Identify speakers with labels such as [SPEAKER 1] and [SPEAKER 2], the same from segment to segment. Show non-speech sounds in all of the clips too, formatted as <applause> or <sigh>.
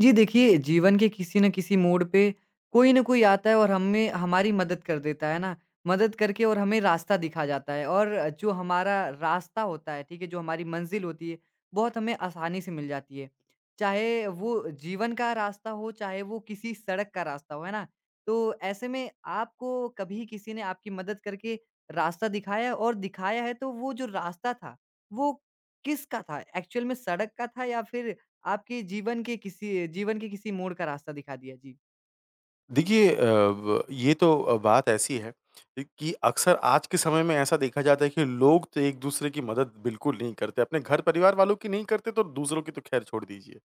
[SPEAKER 1] जी देखिए, जीवन के किसी न किसी मोड़ पे कोई न कोई आता है और हमें हमारी मदद कर देता है ना। मदद करके और हमें रास्ता दिखा जाता है और जो हमारा रास्ता होता है, ठीक है? जो हमारी मंज़िल होती है, बहुत हमें आसानी से मिल जाती है। चाहे वो जीवन का रास्ता हो, चाहे वो किसी सड़क का रास्ता हो, है ना? तो ऐसे में आपको कभी किसी ने आपकी मदद करके रास्ता दिखाया और दिखाया है तो वो जो रास्ता था, वो किसका था? एक्चुअल में सड़क का था या फिर आपके जीवन के किसी मोड़ का रास्ता दिखा दिया? जी।
[SPEAKER 2] देखिए अ, ब ये तो बात ऐसी है, कि अक्सर आज के समय में ऐसा देखा जाता है कि लोग तो एक-दूसरे की मदद बिल्कुल नहीं करते। अपने घर परिवार वालों की नहीं करते तो दूसरों की तो ख़ैर छोड़ दीजिए।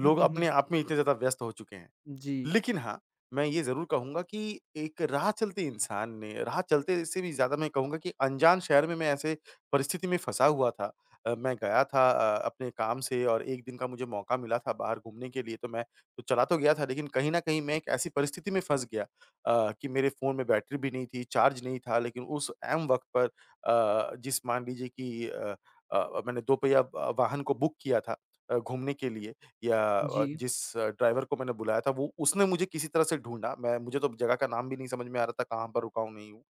[SPEAKER 2] लोग अपने आप में इतने ज़्यादा व्यस्त हो चुके हैं।
[SPEAKER 1] जी,
[SPEAKER 2] लेकिन हाँ, मैं ये ज़रूर कहूँगा कि एक राह चलते इंसान ने राह चलते से भी ज़्यादा मैं कहूँगा कि अनजान शहर में मैं ऐसे परिस्थिति में फँसा हुआ था। मैं गया था अपने काम से और 1 दिन का मुझे मौका मिला था बाहर घूमने के लिए, तो मैं तो चला तो गया था लेकिन कहीं न कहीं मैं एक ऐसी परिस्थिति में फँस गया कि मेरे फ़ोन में बैटरी भी नहीं थी, चार्ज नहीं था लेकिन उस ऐन वक़्त पर जिस मान लीजिए कि मैंने दोपहिया वाहन को बुक किया था घूमने के लिए या
[SPEAKER 1] जी,
[SPEAKER 2] जिस ड्राइवर को मैंने बुलाया था वो उसने मुझे किसी तरह से ढूँढा, मैं मुझे तो जगह का नाम भी नहीं समझ में आ रहा था, कहाँ पर रुका हूँ, नहीं हूँ।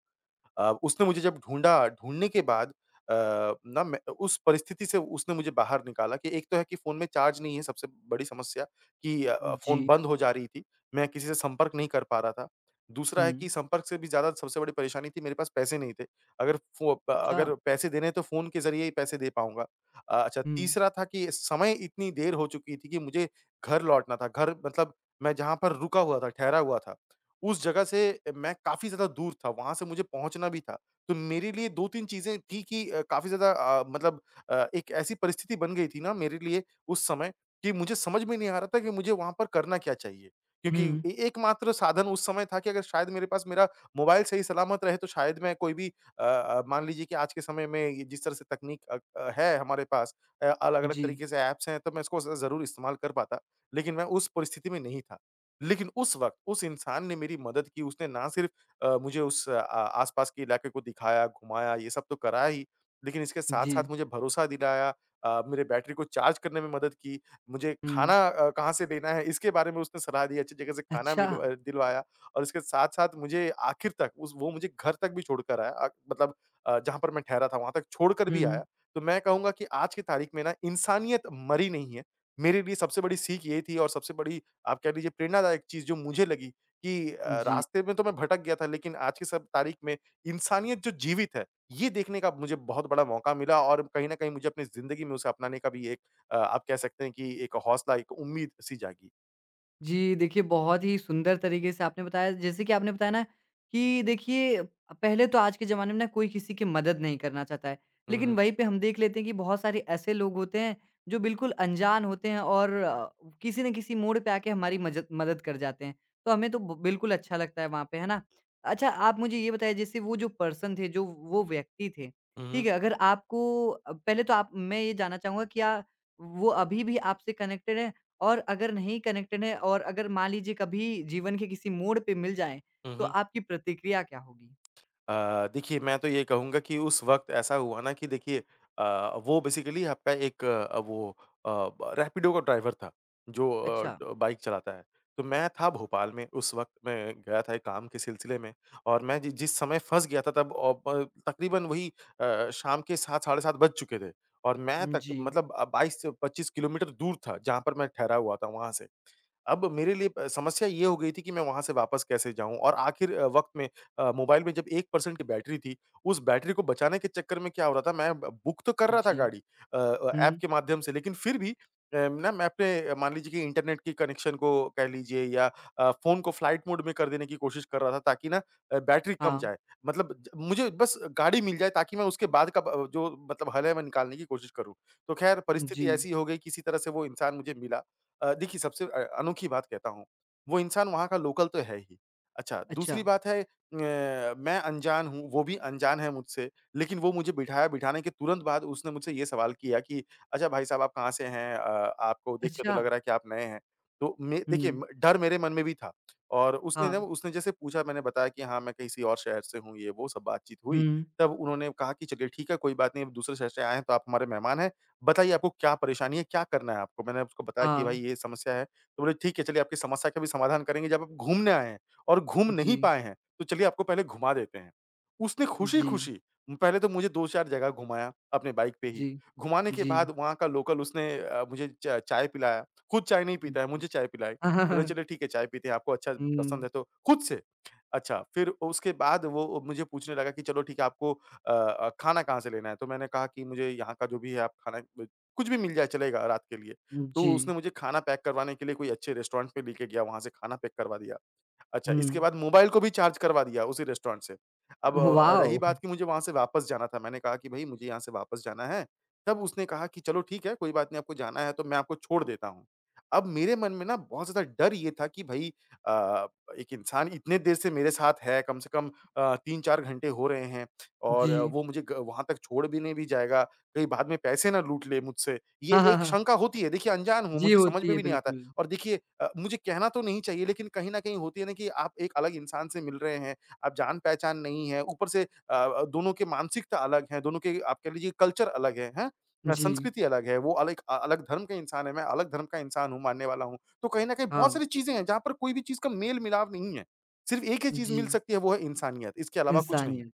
[SPEAKER 2] उसने मुझे जब ढूँढा, ढूँढने के बाद अ, ना मैं उस परिस्थिति से उसने मुझे बाहर निकाला कि एक तो है कि फ़ोन में चार्ज नहीं है सबसे बड़ी समस्या कि फ़ोन
[SPEAKER 1] जी।
[SPEAKER 2] बंद हो जा रही थी। मैं किसी से संपर्क नहीं कर पा रहा था। दूसरा है
[SPEAKER 1] हुँ।
[SPEAKER 2] कि संपर्क से भी ज़्यादा सबसे बड़ी परेशानी थी मेरे पास पैसे नहीं थे। अगर फ़ो प
[SPEAKER 1] अच्छा।
[SPEAKER 2] अगर पैसे देने हैं तो फ़ोन के ज़रिए ही पैसे दे पाऊँगा। अच्छा
[SPEAKER 1] हुँ,
[SPEAKER 2] तीसरा था कि समय इतनी देर हो चुकी थी कि मुझे घर लौटना था। घर मतलब मैं जहाँ पर रुका हुआ था, ठहरा हुआ था। उस जगह से मैं काफ़ी ज़्यादा दूर था, वहाँ से मुझे पहुँचना भी था। तो मेरे लिए 2-3 चीज़ें थी कि काफ़ी ज़्यादा मतलब एक ऐसी परिस्थिति बन गई थी ना मेरे लिए उस समय कि मुझे समझ में नहीं आ रहा था कि मुझे वहाँ पर करना क्या चाहिए?
[SPEAKER 1] हुँ।
[SPEAKER 2] क्योंकि ए एकमात्र साधन उस समय था कि अगर शायद मेरे पास मेरा मोबाइल सही सलामत रहे तो शायद मैं कोई भी मान लीजिए कि आज के समय में ये जिस तरह से तकनीक है हमारे पास अलग-अलग
[SPEAKER 1] जी,
[SPEAKER 2] तरीके से ऐप्स हैं, तो मैं इसको ज़ ज़रूर इस्तेमाल कर पाता। लेकिन मैं उस परिस्थिति में नहीं था। लेकिन उस वक़्त उस इंसान ने मेरी मदद की, उसने ना सिर्फ़ मुझे आस-पास के इलाके को दिखाया, घुमाया, ये सब तो करा ही, लेकिन इसके
[SPEAKER 1] जी।
[SPEAKER 2] साथ-साथ मुझे भरोसा दिलाया, मेरे बैटरी को चार्ज करने में मदद की, मुझे
[SPEAKER 1] हुँ।
[SPEAKER 2] खाना कहाँ से लेना है इसके बारे में उसने सलाह दी, अच्छी जगह से खाना
[SPEAKER 1] अच्छा।
[SPEAKER 2] मिल अ, दिलवाया और इसके साथ-साथ मुझे आखिर तक उस वो मुझे घर तक भी छोड़कर आया, मतलब जहाँ पर मैं ठहरा था वहाँ तक छोड़कर भी
[SPEAKER 1] हुँ,
[SPEAKER 2] आया। तो मैं कहूँगा कि आज की तारीख में ना इंसानियत मरी नहीं है। मेरे लिए सबसे बड़ी सीख ये थी और सबसे बड़ी आप कह लीजिए प्रेरणादायक चीज़ जो मुझे लगी कि
[SPEAKER 1] जी।
[SPEAKER 2] रास्ते में तो मैं भटक गया था लेकिन आज की सब तारीख में इंसानियत जो जीवित है, ये देखने का मुझे बहुत बड़ा मौका मिला और कहीं न कहीं मुझे अपनी ज़िंदगी में उसे अपनाने का भी एक आप कह सकते हैं कि एक हौसला, एक उम्मीद सी जागी।
[SPEAKER 1] जी, देखिए बहुत ही सुंदर तरीके से आपने बताया जैसे कि आपने बताया ना कि देखिए पहले तो आज के ज़माने में ना कोई किसी की मदद नहीं करना चाहता है।
[SPEAKER 2] हुँ,
[SPEAKER 1] लेकिन
[SPEAKER 2] हुँ।
[SPEAKER 1] वहीं पे हम देख लेते हैं कि बहुत सारे ऐसे लोग होते हैं जो बिल्कुल अनजान होते हैं और किसी न किसी मोड़ पे आके हमारी मजद मदद कर जाते हैं। तो हमें तो ब बिल्कुल अच्छा लगता है वहाँ पे, है ना? अच्छा आप मुझे ये बताइए जैसे वो जो पर्सन थे, जो वो व्यक्ति थे,
[SPEAKER 2] हुँ,
[SPEAKER 1] ठीक
[SPEAKER 2] हुँ।
[SPEAKER 1] है? अगर आपको पहले तो आप मैं ये जानना चाहूँगा क्या वो अभी भी आपसे कनेक्टेड हैं? और अगर नहीं कनेक्टेड है और अगर मान लीजिए कभी जीवन के किसी मोड़ पे मिल जाएँ,
[SPEAKER 2] हुँ,
[SPEAKER 1] तो
[SPEAKER 2] हुँ।
[SPEAKER 1] आपकी प्रतिक्रिया क्या होगी?
[SPEAKER 2] देखिए मैं तो ये कहूँगा कि उस वक़्त ऐसा हुआ ना कि देखिए वो बेसिकली आपका एक अ, वो अ, ब रैपिडो का ड्राइवर था, जो अ,
[SPEAKER 1] अच्छा,
[SPEAKER 2] ड बाइक चलाता है। तो मैं था भोपाल में उस वक़्त मैं गया था एक काम के सिलसिले में और मैं जि जिस समय फँस गया था तब औ ब तकरीबन वही शाम के 7 साढ़े 7 बज चुके थे और मैं
[SPEAKER 1] हुँ,
[SPEAKER 2] तक
[SPEAKER 1] जी,
[SPEAKER 2] मतलब, 22 से 25 किलोमीटर दूर था, जहाँ पर मैं ठहरा हुआ था वहाँ से। अब मेरे लिए प समस्या ये हो गई थी कि मैं वहाँ से वापस कैसे जाऊँ और आखिर वक़्त में मोबाइल में जब 1% की बैटरी थी, उस बैटरी को बचाने के चक्कर में क्या हो रहा था, मैं ब बुक तो कर रहा था
[SPEAKER 1] जी,
[SPEAKER 2] गाड़ी ऐप
[SPEAKER 1] हुँ,
[SPEAKER 2] के माध्यम से, लेकिन फिर भी ना मैं अपने मान लीजिए कि इंटरनेट के कनेक्शन को कह लीजिए या फ़ोन को फ्लाइट मोड में कर देने की कोशिश कर रहा था ताकि ना बैटरी कम
[SPEAKER 1] हाँ,
[SPEAKER 2] जाए। मतलब ज मुझे बस गाड़ी मिल जाए ताकि मैं उसके बाद का ब जो मतलब हल है, मैं निकालने की कोशिश करूँ। तो ख़ैर परिस्थिति
[SPEAKER 1] जी,
[SPEAKER 2] ऐसी हो गई, किसी तरह से वो इंसान मुझे मिला। देखिए सबसे अनोखी बात कहता हूँ, वो इंसान वहाँ का लोकल तो है ही। अच्छा,
[SPEAKER 1] अच्छा,
[SPEAKER 2] दूसरी बात है, मैं अनजान हूँ, वो भी अनजान है मुझसे, लेकिन वो मुझे बिठाया, बिठाने के तुरंत बाद उसने मुझसे ये सवाल किया कि, "अच्छा भाई साहब, आप कहाँ से हैं? आपको देख के तो
[SPEAKER 1] अच्छा,
[SPEAKER 2] लग रहा है कि आप नए हैं।" तो मैं देखिए
[SPEAKER 1] हुँ,
[SPEAKER 2] म डर मेरे मन में भी था और
[SPEAKER 1] हाँ,
[SPEAKER 2] उसने जैसे पूछा, मैंने बताया कि हाँ, मैं किसी और शहर से हूँ, ये वो सब बातचीत हुई।
[SPEAKER 1] हुँ,
[SPEAKER 2] तब उन्होंने कहा कि, "चलिए ठीक है, कोई बात नहीं, अब दूसरे शहर से आए हैं, तो आप हमारे मेहमान हैं, बताइए आपको क्या परेशानी है, क्या करना है आपको?" मैंने उसको बताया कि
[SPEAKER 1] हाँ,
[SPEAKER 2] भाई ये समस्या है, तो बोले ठीक है चलिए आपकी समस्या का भी समाधान करेंगे जब आप घूमने आए हैं और घूम नहीं
[SPEAKER 1] जी,
[SPEAKER 2] पाए हैं, तो चलिए आपको पहले घुमा देते हैं। उसने
[SPEAKER 1] जी,
[SPEAKER 2] खुशी-खुशी पहले तो मुझे 2-4 जगह घुमाया अपने बाइक पे ही।
[SPEAKER 1] जी,
[SPEAKER 2] घुमाने के
[SPEAKER 1] जी,
[SPEAKER 2] बाद वहाँ का लोकल उसने मुझे च चाय पिलाया, खुद चाय नहीं पीता है, मुझे
[SPEAKER 1] हुँ,
[SPEAKER 2] चाय पिलाई। बोले
[SPEAKER 1] <laughs>
[SPEAKER 2] चलिए ठीक है चाय पीते हैं, आपको अच्छा पसंद
[SPEAKER 1] हुँ।
[SPEAKER 2] है तो खुद से। अच्छा, फिर उसके बाद वो मुझे पूछने लगा कि चलो ठीक है आपको खाना कहाँ से लेना है? तो मैंने कहा कि मुझे यहाँ का जो भी है आप खाना ब कुछ भी मिल जाए चलेगा रात के लिए।
[SPEAKER 1] हुँ,
[SPEAKER 2] तो
[SPEAKER 1] जी,
[SPEAKER 2] उसने मुझे खाना पैक करवाने के लिए कोई अच्छे रेस्टोरेंट पे लेके गया, वहाँ से खाना पैक करवा दिया। अच्छा, इसके
[SPEAKER 1] हुँ,
[SPEAKER 2] बाद मोबाइल को भी चार्ज करवा दिया उसी रेस्टोरेंट से। अब रही
[SPEAKER 1] वॉव!
[SPEAKER 2] बात कि मुझे वहाँ से वापस जाना था, मैंने कहा कि भई मुझे यहाँ से वापस जाना है। तब उसने कहा कि चलो ठीक है, कोई बात नहीं आपको जाना है तो मैं आपको छोड़ देता हूँ। अब मेरे मन में ना बहुत ज़्यादा डर ये था कि भई अ, एक इंसान इतने देर से मेरे साथ है, कम से कम 3-4 घंटे हो रहे हैं और
[SPEAKER 1] जी,
[SPEAKER 2] वो मुझे ग वहाँ तक छोड़ भी नहीं भी जाएगा, कहीं बाद में पैसे ना लूट ले मुझसे।
[SPEAKER 1] <laughs>
[SPEAKER 2] ये
[SPEAKER 1] हाँ, हाँ,
[SPEAKER 2] एक
[SPEAKER 1] हाँ,
[SPEAKER 2] शंका होती है, देखिए अनजान हूँ,
[SPEAKER 1] जी
[SPEAKER 2] मुझे समझ
[SPEAKER 1] होती
[SPEAKER 2] में
[SPEAKER 1] है
[SPEAKER 2] भी नहीं आता।
[SPEAKER 1] बिल्कुल,
[SPEAKER 2] और देखिए मुझे कहना तो नहीं चाहिए लेकिन कहीं न कहीं होती है ना कि आप एक अलग इंसान से मिल रहे हैं, आप जान-पहचान नहीं है, ऊपर से दोनों के मानसिकता अलग है, दोनों के आप कह लीजिए कल्चर अलग है, हैं?
[SPEAKER 1] जी,
[SPEAKER 2] संस्कृति अलग है, वो अलग अलग धर्म का इंसान है, मैं अलग धर्म का इंसान हूँ, मानने वाला हूँ। तो कहीं न कहीं
[SPEAKER 1] हाँ,
[SPEAKER 2] बहुत सारी चीज़ें हैं जहाँ पर कोई भी चीज़ का मेल-मिलाप नहीं है। सिर्फ़ एक ही चीज़
[SPEAKER 1] जी,
[SPEAKER 2] मिल सकती है वो है इंसानियत, इसके अलावा कुछ नहीं।
[SPEAKER 1] इंसानियत,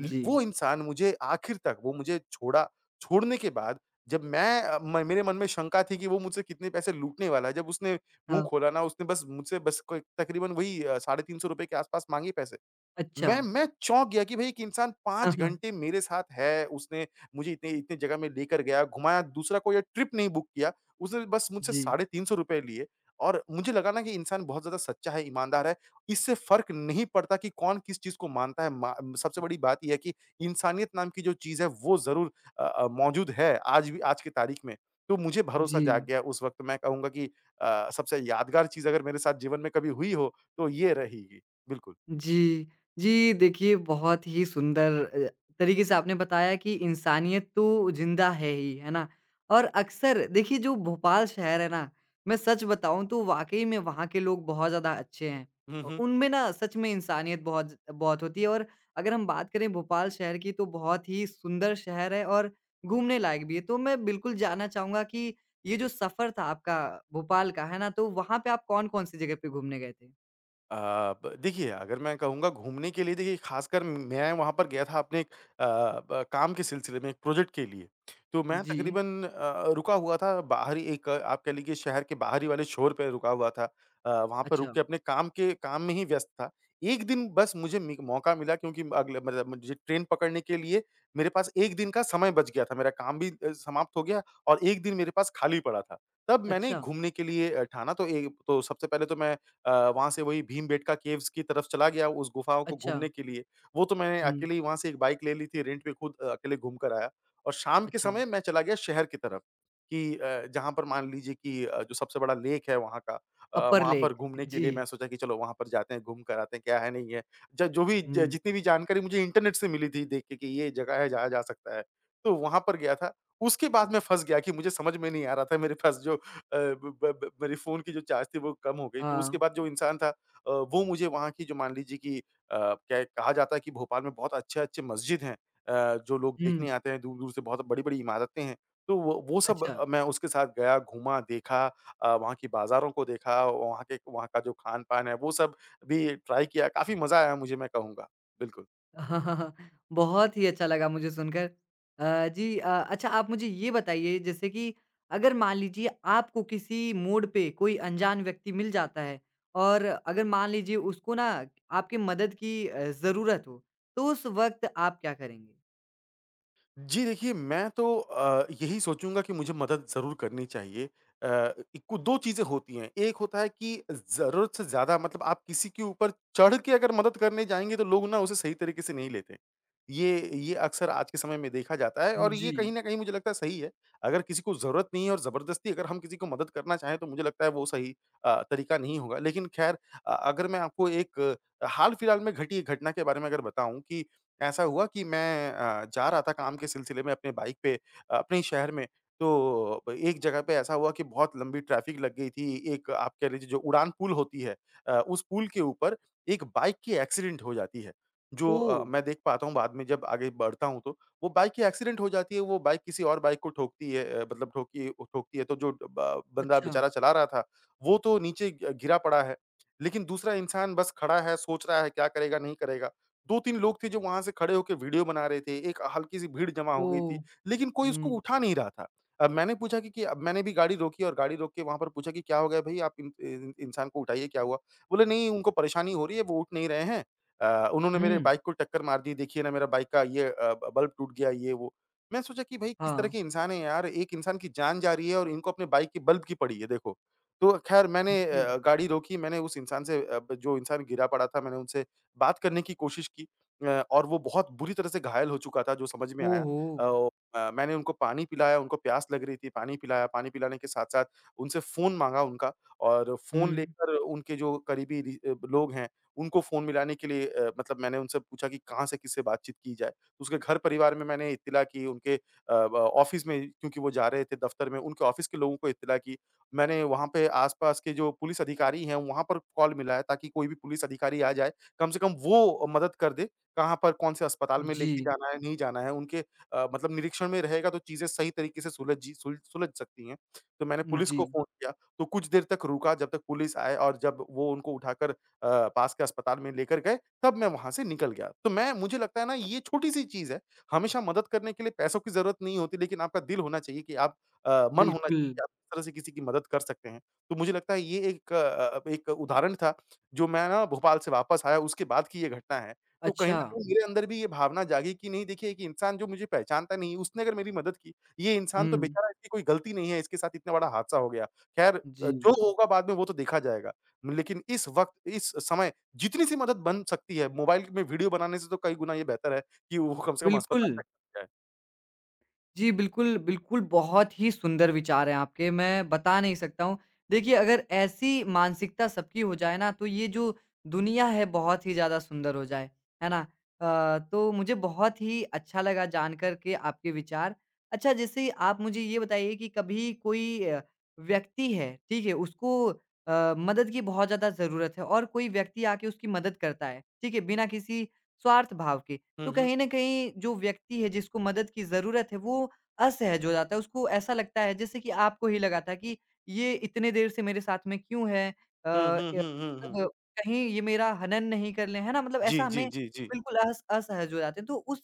[SPEAKER 2] ल
[SPEAKER 1] जी,
[SPEAKER 2] वो इंसान मुझे आखिर तक वो मुझे छोड़ा। छोड़ने के बाद जब मैं अ, म मेरे मन में शंका थी कि वो मुझसे कितने पैसे लूटने वाला है, जब उसने मुँह
[SPEAKER 1] हाँ,
[SPEAKER 2] खोला ना उसने बस मुझसे बस कोई तकरीबन वही ₹350 के आस-पास माँगे पैसे।
[SPEAKER 1] अच्छा।
[SPEAKER 2] मैं चौंक गया कि भई एक इंसान
[SPEAKER 1] हाँ,
[SPEAKER 2] 5
[SPEAKER 1] हाँ।
[SPEAKER 2] घंटे मेरे साथ है, उसने मुझे इतने इतने जगह में लेकर गया, घुमाया, दूसरा कोई ट्रिप नहीं बुक किया, उसने बस मुझसे
[SPEAKER 1] जी,
[SPEAKER 2] ₹350 लिए और मुझे लगा ना कि इंसान बहुत ज़्यादा सच्चा है, ईमानदार है, इससे फ़र्क नहीं पड़ता कि कौन किस चीज़ को मानता है। मा सबसे बड़ी बात ये है कि इंसानियत नाम की जो चीज़ है, वो ज़रूर मौजूद है, आज भी आज की तारीख में। तो मुझे भरोसा
[SPEAKER 1] जी।
[SPEAKER 2] जाग गया उस वक़्त, मैं कहूँगा कि सबसे यादगार चीज़ अगर मेरे साथ जीवन में कभी हुई हो, तो ये रहेगी। बिल्कुल।
[SPEAKER 1] जी। जी, देखिए बहुत ही सुंदर अ, तरीके से आपने बताया कि इंसानियत तो ज़िंदा है ही, है ना? और अक्सर देखिए जो भोपाल शहर है ना, मैं सच बताऊँ तो वाक़ई में वहाँ के लोग बहुत ज़्यादा अच्छे हैं।
[SPEAKER 2] हुँ, हुँ।
[SPEAKER 1] उनमें ना सच में इंसानियत बहुत बहुत होती है और अगर हम बात करें भोपाल शहर की तो बहुत ही सुंदर शहर है और घूमने लायक भी है। तो मैं बिल्कुल जानना चाहूँगा कि ये जो सफ़र था आपका भोपाल का, है ना? तो वहाँ पे आप कौन-कौन सी जगह पे घूमने गए थे?
[SPEAKER 2] अ, ब देखिए, अगर मैं कहूँगा घूमने के लिए देखिए ख़ासकर मैं वहाँ पर गया था अपने एक अ, ब काम के सिलसिले में, एक प्रोजेक्ट के लिए। तो मैं
[SPEAKER 1] जी।
[SPEAKER 2] तकरीबन रुका हुआ था आप कह लीजिए शहर के बाहरी वाले छोर पे रुका हुआ था। वहाँ पर
[SPEAKER 1] अच्छा।
[SPEAKER 2] रुक के अपने काम के काम में ही व्यस्त था। एक दिन बस मुझे मि मौका मिला क्योंकि अगले मतलब मुझे ट्रेन पकड़ने के लिए मेरे पास 1 दिन का समय बच गया था। मेरा काम भी समाप्त हो गया और 1 दिन मेरे पास खाली पड़ा था। तब मैंने
[SPEAKER 1] अच्छा,
[SPEAKER 2] घूमने के लिए ठाना तो ए तो सबसे पहले तो मैं अ, वहाँ से वही भीमबेटका केव्स की तरफ चला गया उस गुफ़ाओं को
[SPEAKER 1] अच्छा,
[SPEAKER 2] घूमने के लिए। वो तो मैंने
[SPEAKER 1] हुँ,
[SPEAKER 2] अकेले ही वहाँ से एक बाइक ले ली थी रेंट पे खुद अकेले घूम कर आया और शाम के
[SPEAKER 1] अच्छा,
[SPEAKER 2] समय मैं चला गया शहर की तरफ कि जहाँ पर मान लीजिए कि जो सबसे बड़ा लेक है वहाँ का
[SPEAKER 1] अपर
[SPEAKER 2] वहाँ
[SPEAKER 1] लेग,
[SPEAKER 2] पर घूमने के
[SPEAKER 1] जी,
[SPEAKER 2] लिए मैं सोचा कि चलो वहाँ पर जाते हैं, घूम कर आते हैं, क्या है, नहीं है। ज जो भी ज
[SPEAKER 1] हुँ,
[SPEAKER 2] जितनी भी जानकारी मुझे इंटरनेट से मिली थी देख के कि ये जगह है, जाया जा सकता है। तो वहाँ पर गया था। उसके बाद मैं फँस गया कि मुझे समझ में नहीं आ रहा था मेरे पास जो अ, ब ब ब मेरे फ़ोन की जो चार्ज थी वो कम हो गई। तो उसके
[SPEAKER 1] हाँ,
[SPEAKER 2] बाद जो इंसान था वो मुझे वहाँ की जो मान लीजिए कि क्या कहा जाता है कि भोपाल में बहुत अच्छे-अच्छे मस्जिद हैं जो लोग
[SPEAKER 1] हुँ,
[SPEAKER 2] देखने आते हैं दूर-दूर से बहुत बड़ी-बड़ी इमारतें हैं। तो वो सब
[SPEAKER 1] अच्छा।
[SPEAKER 2] मैं उसके साथ गया, घूमा, देखा वहाँ की बाज़ारों को देखा, वहाँ का जो खान-पान है वो सब भी ट्राई किया। काफ़ी मज़ा आया मुझे मैं कहूँगा। बिल्कुल।
[SPEAKER 1] <laughs> बहुत ही अच्छा लगा मुझे सुनकर। जी अच्छा आप मुझे ये बताइए जैसे कि अगर मान लीजिए आपको किसी मोड़ पे कोई अनजान व्यक्ति मिल जाता है और अगर मान लीजिए उसको ना आपकी मदद की ज़रूरत हो, तो उस वक़्त आप क्या करेंगे?
[SPEAKER 2] जी, देखिए मैं तो यही सोचूँगा कि मुझे मदद ज़रूर करनी चाहिए। अ, इक्कु 2 चीज़ें होती हैं, एक होता है कि ज़रूरत से ज़्यादा मतलब आप किसी के ऊपर चढ़ के अगर मदद करने जाएँगे तो लोग ना उसे सही तरीके से नहीं लेते। ये ये अक्सर आज के समय में देखा जाता है और ये
[SPEAKER 1] जी,
[SPEAKER 2] कहीं न कहीं मुझे लगता है सही है। अगर किसी को ज़रूरत नहीं है और ज़बरदस्ती अगर हम किसी को मदद करना चाहें तो मुझे लगता है वो सही तरीका नहीं होगा। लेकिन ख़ैर अगर मैं आपको एक हाल-फिलहाल में घटी एक घटना के बारे में अगर बताऊँ कि ऐसा हुआ कि मैं जा रहा था काम के सिलसिले में अपने बाइक पे अपने ही शहर में, तो एक जगह पे ऐसा हुआ कि बहुत लंबी ट्रैफ़िक लग गई थी। एक आप कह लीजिए जो उड़ान पुल होती है उस पुल के ऊपर एक बाइक की एक्सीडेंट हो जाती है। जो
[SPEAKER 1] ओह!
[SPEAKER 2] मैं देख पाता हूँ बाद में जब आगे बढ़ता हूँ तो, वो बाइक की एक्सीडेंट हो जाती है, वो बाइक किसी और बाइक को ठोकती है मतलब ठोकी ठोकती है तो जो ब बंदा
[SPEAKER 1] अच्छा,
[SPEAKER 2] बेचारा चला रहा था, वो तो नीचे ग गिरा पड़ा है। लेकिन दूसरा इंसान बस खड़ा है, सोच रहा है क्या करेगा, नहीं करेगा। 2-3 लोग थे जो वहाँ से खड़े होके वीडियो बना रहे थे, एक हल्की-सी भीड़ जमा हो गई थी,
[SPEAKER 1] ओह!
[SPEAKER 2] लेकिन कोई उसको
[SPEAKER 1] हुँ,
[SPEAKER 2] उठा नहीं रहा था। अब मैंने पूछा कि अब मैंने भी गाड़ी रोकी और गाड़ी रोक के वहाँ पर पूछा कि, "क्या हो गया भई? आप इन इन इंसान को उठाइए, क्या हुआ?" बोले, "नहीं, उनको परेशानी हो रही है, वो उठ नहीं रहे हैं। उन्होंने मेरे
[SPEAKER 1] हुँ,
[SPEAKER 2] बाइक को टक्कर मार दी, देखिए ना मेरा बाइक का ये अ, ब बल्ब टूट गया, ये वो।" मैं सोचा कि भई किस तरह
[SPEAKER 1] हाँ,
[SPEAKER 2] के इंसान हैं यार, एक इंसान की जान जा रही है और इनको अपने बाइक के बल्ब की पड़ी है, देखो। तो खैर मैंने
[SPEAKER 1] जी,
[SPEAKER 2] गाड़ी रोकी, मैंने उस इंसान से अ, ब जो इंसान गिरा पड़ा था, मैंने उनसे बात करने की कोशिश की और वो बहुत बुरी तरह से घायल हो चुका था जो समझ में आया।
[SPEAKER 1] ओहो!
[SPEAKER 2] अ, ओ मैंने उनको पानी पिलाया, उनको प्यास लग रही थी, पानी पिलाया, पानी पिलाने के साथ-साथ उनसे फ़ोन माँगा उनका और फ़ोन
[SPEAKER 1] हुँ,
[SPEAKER 2] लेकर उनके जो करीबी लोग हैं, उनको फ़ोन मिलाने के लिए मतलब मैंने उनसे पूछा कि कहाँ से किससे बातचीत की जाए? तो उसके घर परिवार में मैंने इत्तिला की, उनके अ, ब ऑफ़िस में क्योंकि वो जा रहे थे दफ़्तर में, उनके ऑफ़िस के लोगों को इत्तिला की। मैंने वहाँ पे आस-पास के जो पुलिस अधिकारी हैं, वहाँ पर कॉल मिलाया ताकि कोई भी पुलिस अधिकारी आ जाए कम से कम वो मदद कर दे, कहाँ पर कौन-से अस्पताल में लेके
[SPEAKER 1] जी,
[SPEAKER 2] जाना है, नहीं जाना है, उनके मतलब निरीक्षण में रहेगा तो चीज़ें सही तरीके से सुलझ जी सुल सुलझ सकती हैं। तो मैंने पुलिस
[SPEAKER 1] जी,
[SPEAKER 2] को फ़ोन किया, तो कुछ देर तक रुका जब तक पुलिस आए और जब वो उनको उठाकर पास के अस्पताल में लेकर गए, तब मैं वहाँ से निकल गया। तो मैं मुझे लगता है ना ये छोटी-सी चीज़ है, हमेशा मदद करने के लिए पैसों की ज़रूरत नहीं होती, लेकिन आपका दिल होना चाहिए कि आप मन होना
[SPEAKER 1] बिल्कुल।
[SPEAKER 2] चाहिए कि आप इस तरह से किसी की मदद कर सकते हैं। तो मुझे लगता है ये एक उदाहरण था जो मैं ना भोपाल से वापस आया उसके बाद की ये घटना है। तो कहीं न
[SPEAKER 1] अच्छा,
[SPEAKER 2] कहीं मेरे अंदर भी ये भावना जागी कि नहीं देखिए एक इंसान जो मुझे पहचानता नहीं उसने अगर मेरी मदद की, ये इंसान तो
[SPEAKER 1] हुँ,
[SPEAKER 2] बेचारा इसकी कोई गलती नहीं है इसके साथ इतना बड़ा हादसा हो गया। ख़ैर
[SPEAKER 1] जी,
[SPEAKER 2] जो होगा बाद में वो तो देखा जाएगा। लेकिन इस वक़्त इस समय जितनी सी मदद बन सकती है, मोबाइल में वीडियो बनाने से तो कई गुना ये बेहतर है कि वो कम से कम अस्पताल
[SPEAKER 1] बिल्कुल।
[SPEAKER 2] तक पहुँच जाए।
[SPEAKER 1] जी, बिल्कुल, बिल्कुल, बहुत ही सुंदर विचार हैं आपके, मैं बता नहीं सकता हूँ। देखिए, अगर ऐसी मानसिकता सबकी हो जाए ना, तो ये जो दुनिया है, बहुत ही ज़्यादा सुंदर हो जाए, है ना? तो मुझे बहुत ही अच्छा लगा जानकर के आपके विचार। अच्छा, जैसे आप मुझे ये बताइए कि कभी कोई व्यक्ति है, ठीक है? उसको मदद की बहुत ज़्यादा ज़रूरत है और कोई व्यक्ति आके उसकी मदद करता है, ठीक है? बिना किसी स्वार्थ भाव के,
[SPEAKER 2] हुँ,
[SPEAKER 1] तो
[SPEAKER 2] हुँ।
[SPEAKER 1] कहीं न कहीं जो व्यक्ति है जिसको मदद की ज़रूरत है वो असहज हो जाता है। उसको ऐसा लगता है जैसे कि आपको ही लगा था कि ये इतने देर से मेरे साथ में क्यों है? अ,
[SPEAKER 2] हुँ, हुँ,
[SPEAKER 1] य
[SPEAKER 2] हुँ, हुँ, हुँ।
[SPEAKER 1] मतलब कहीं ये मेरा हनन नहीं कर ले, है ना? मतलब
[SPEAKER 2] जी,
[SPEAKER 1] ऐसा
[SPEAKER 2] जी,
[SPEAKER 1] हमें
[SPEAKER 2] जी, जी।
[SPEAKER 1] बिल्कुल अस असहज हो जाते हैं। तो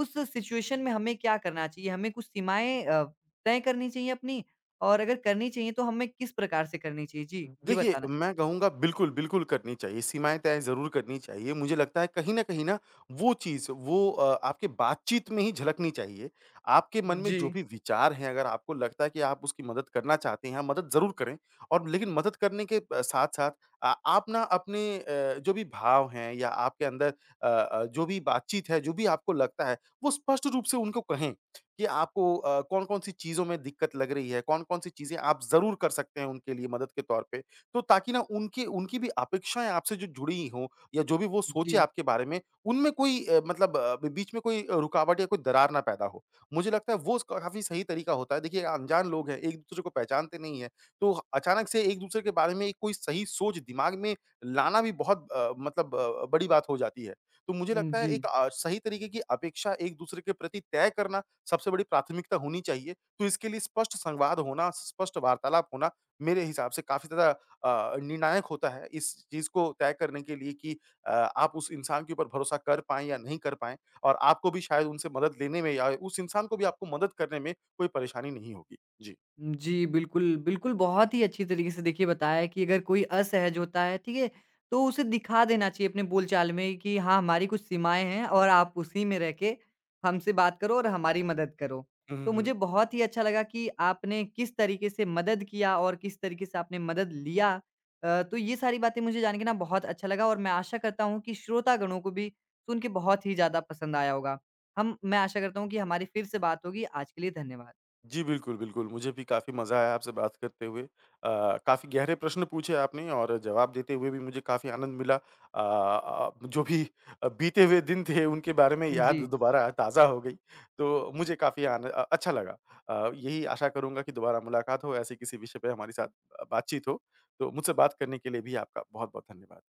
[SPEAKER 1] उस सिचुएशन में हमें क्या करना चाहिए? हमें कुछ सीमाएँ तय करनी चाहिए अपनी और अगर करनी चाहिए तो हमें किस प्रकार से करनी चाहिए? जी, ये
[SPEAKER 2] देखिए,
[SPEAKER 1] बताना
[SPEAKER 2] मैं कहूँगा बिल्कुल, बिल्कुल करनी चाहिए, सीमाएँ तय ज़रूर करनी चाहिए। मुझे लगता है कहीं न कहीं ना वो चीज़ वो आपके बातचीत में ही झलकनी चाहिए। आपके मन में जो
[SPEAKER 1] जी,
[SPEAKER 2] भी विचार हैं, अगर आपको लगता है कि आप उसकी मदद करना चाहते हैं, आप मदद ज़रूर करें और लेकिन मदद करने के साथ-साथ आप ना अपने जो भी भाव हैं या आपके अंदर जो भी बातचीत है, जो भी आपको लगता है, वो स्पष्ट रूप से उनको कहें। कि आपको कौन-कौन सी चीज़ों में दिक्कत लग रही है, कौन-कौन सी चीज़ें आप ज़रूर कर सकते हैं उनके लिए मदद के तौर पे। तो ताकि ना उनकी उनकी भी अपेक्षाएँ आपसे जो जुड़ी हों या जो भी वो सोचे
[SPEAKER 1] जी,
[SPEAKER 2] आपके बारे में, उनमें कोई मतलब अ, बी बीच में कोई रुकावट या कोई दरार ना पैदा हो। मुझे लगता है वो स काफ़ी सही तरीका होता है। देखिए अनजान लोग हैं, एक-दूसरे को पहचानते नहीं हैं, तो अचानक से एक-दूसरे के बारे में कोई सही सोच दिमाग में लाना भी बहुत मतलब बड़ी बात हो जाती है। तो मुझे
[SPEAKER 1] हुँ,
[SPEAKER 2] लगता है
[SPEAKER 1] जी।
[SPEAKER 2] एक सही तरीके की अपेक्षा एक-दूसरे के प्रति तय करना सबसे बड़ी प्राथमिकता होनी चाहिए। तो इसके लिए स्पष्ट संवाद होना, स्पष्ट वार्तालाप होना मेरे हिसाब से काफ़ी ज़्यादा निर्णायक होता है इस चीज़ को तय करने के लिए कि आप उस इंसान के ऊपर भरोसा कर पाएँ या नहीं कर पाएँ और आपको भी शायद उनसे मदद लेने में या उस इंसान को भी आपको मदद करने में कोई परेशानी नहीं होगी।
[SPEAKER 1] जी, बिल्कुल, बिल्कुल, बहुत ही अच्छी तरीके से देखिए बताया है कि अगर कोई असहज होता है, ठीक है? तो उसे दिखा देना चाहिए अपने बोलचाल में कि हाँ, हमारी कुछ सीमाएँ हैं और आप उसी में रह के हमसे बात करो और हमारी मदद करो। तो मुझे
[SPEAKER 2] जी।
[SPEAKER 1] बहुत ही अच्छा लगा कि आपने किस तरीके से मदद किया और किस तरीके से आपने मदद लिया। तो ये सारी बातें मुझे जान के ना बहुत अच्छा लगा और मैं आशा करता हूँ कि श्रोतागणों को भी सुन के बहुत ही ज़्यादा पसंद आया होगा। हम मैं आशा करता हूँ कि हमारी फिर से बात होगी। आज के लिए धन्यवाद।
[SPEAKER 2] जी, बिल्कुल, बिल्कुल। मुझे भी काफ़ी मज़ा आया आपसे बात करते हुए। काफ़ी गहरे प्रश्न पूछे आपने और जवाब देते हुए भी मुझे काफ़ी आनंद मिला। जो भी बीते हुए दिन थे उनके बारे में
[SPEAKER 1] जी।
[SPEAKER 2] याद दोबारा ताज़ा हो गई। तो मुझे काफ़ी अच्छा लगा। यही आशा करूँगा कि दोबारा मुलाकात हो, ऐसे किसी विषय पे हमारी साथ बातचीत हो। तो मुझसे बात करने के लिए भी आपका बहुत-बहुत धन्यवाद।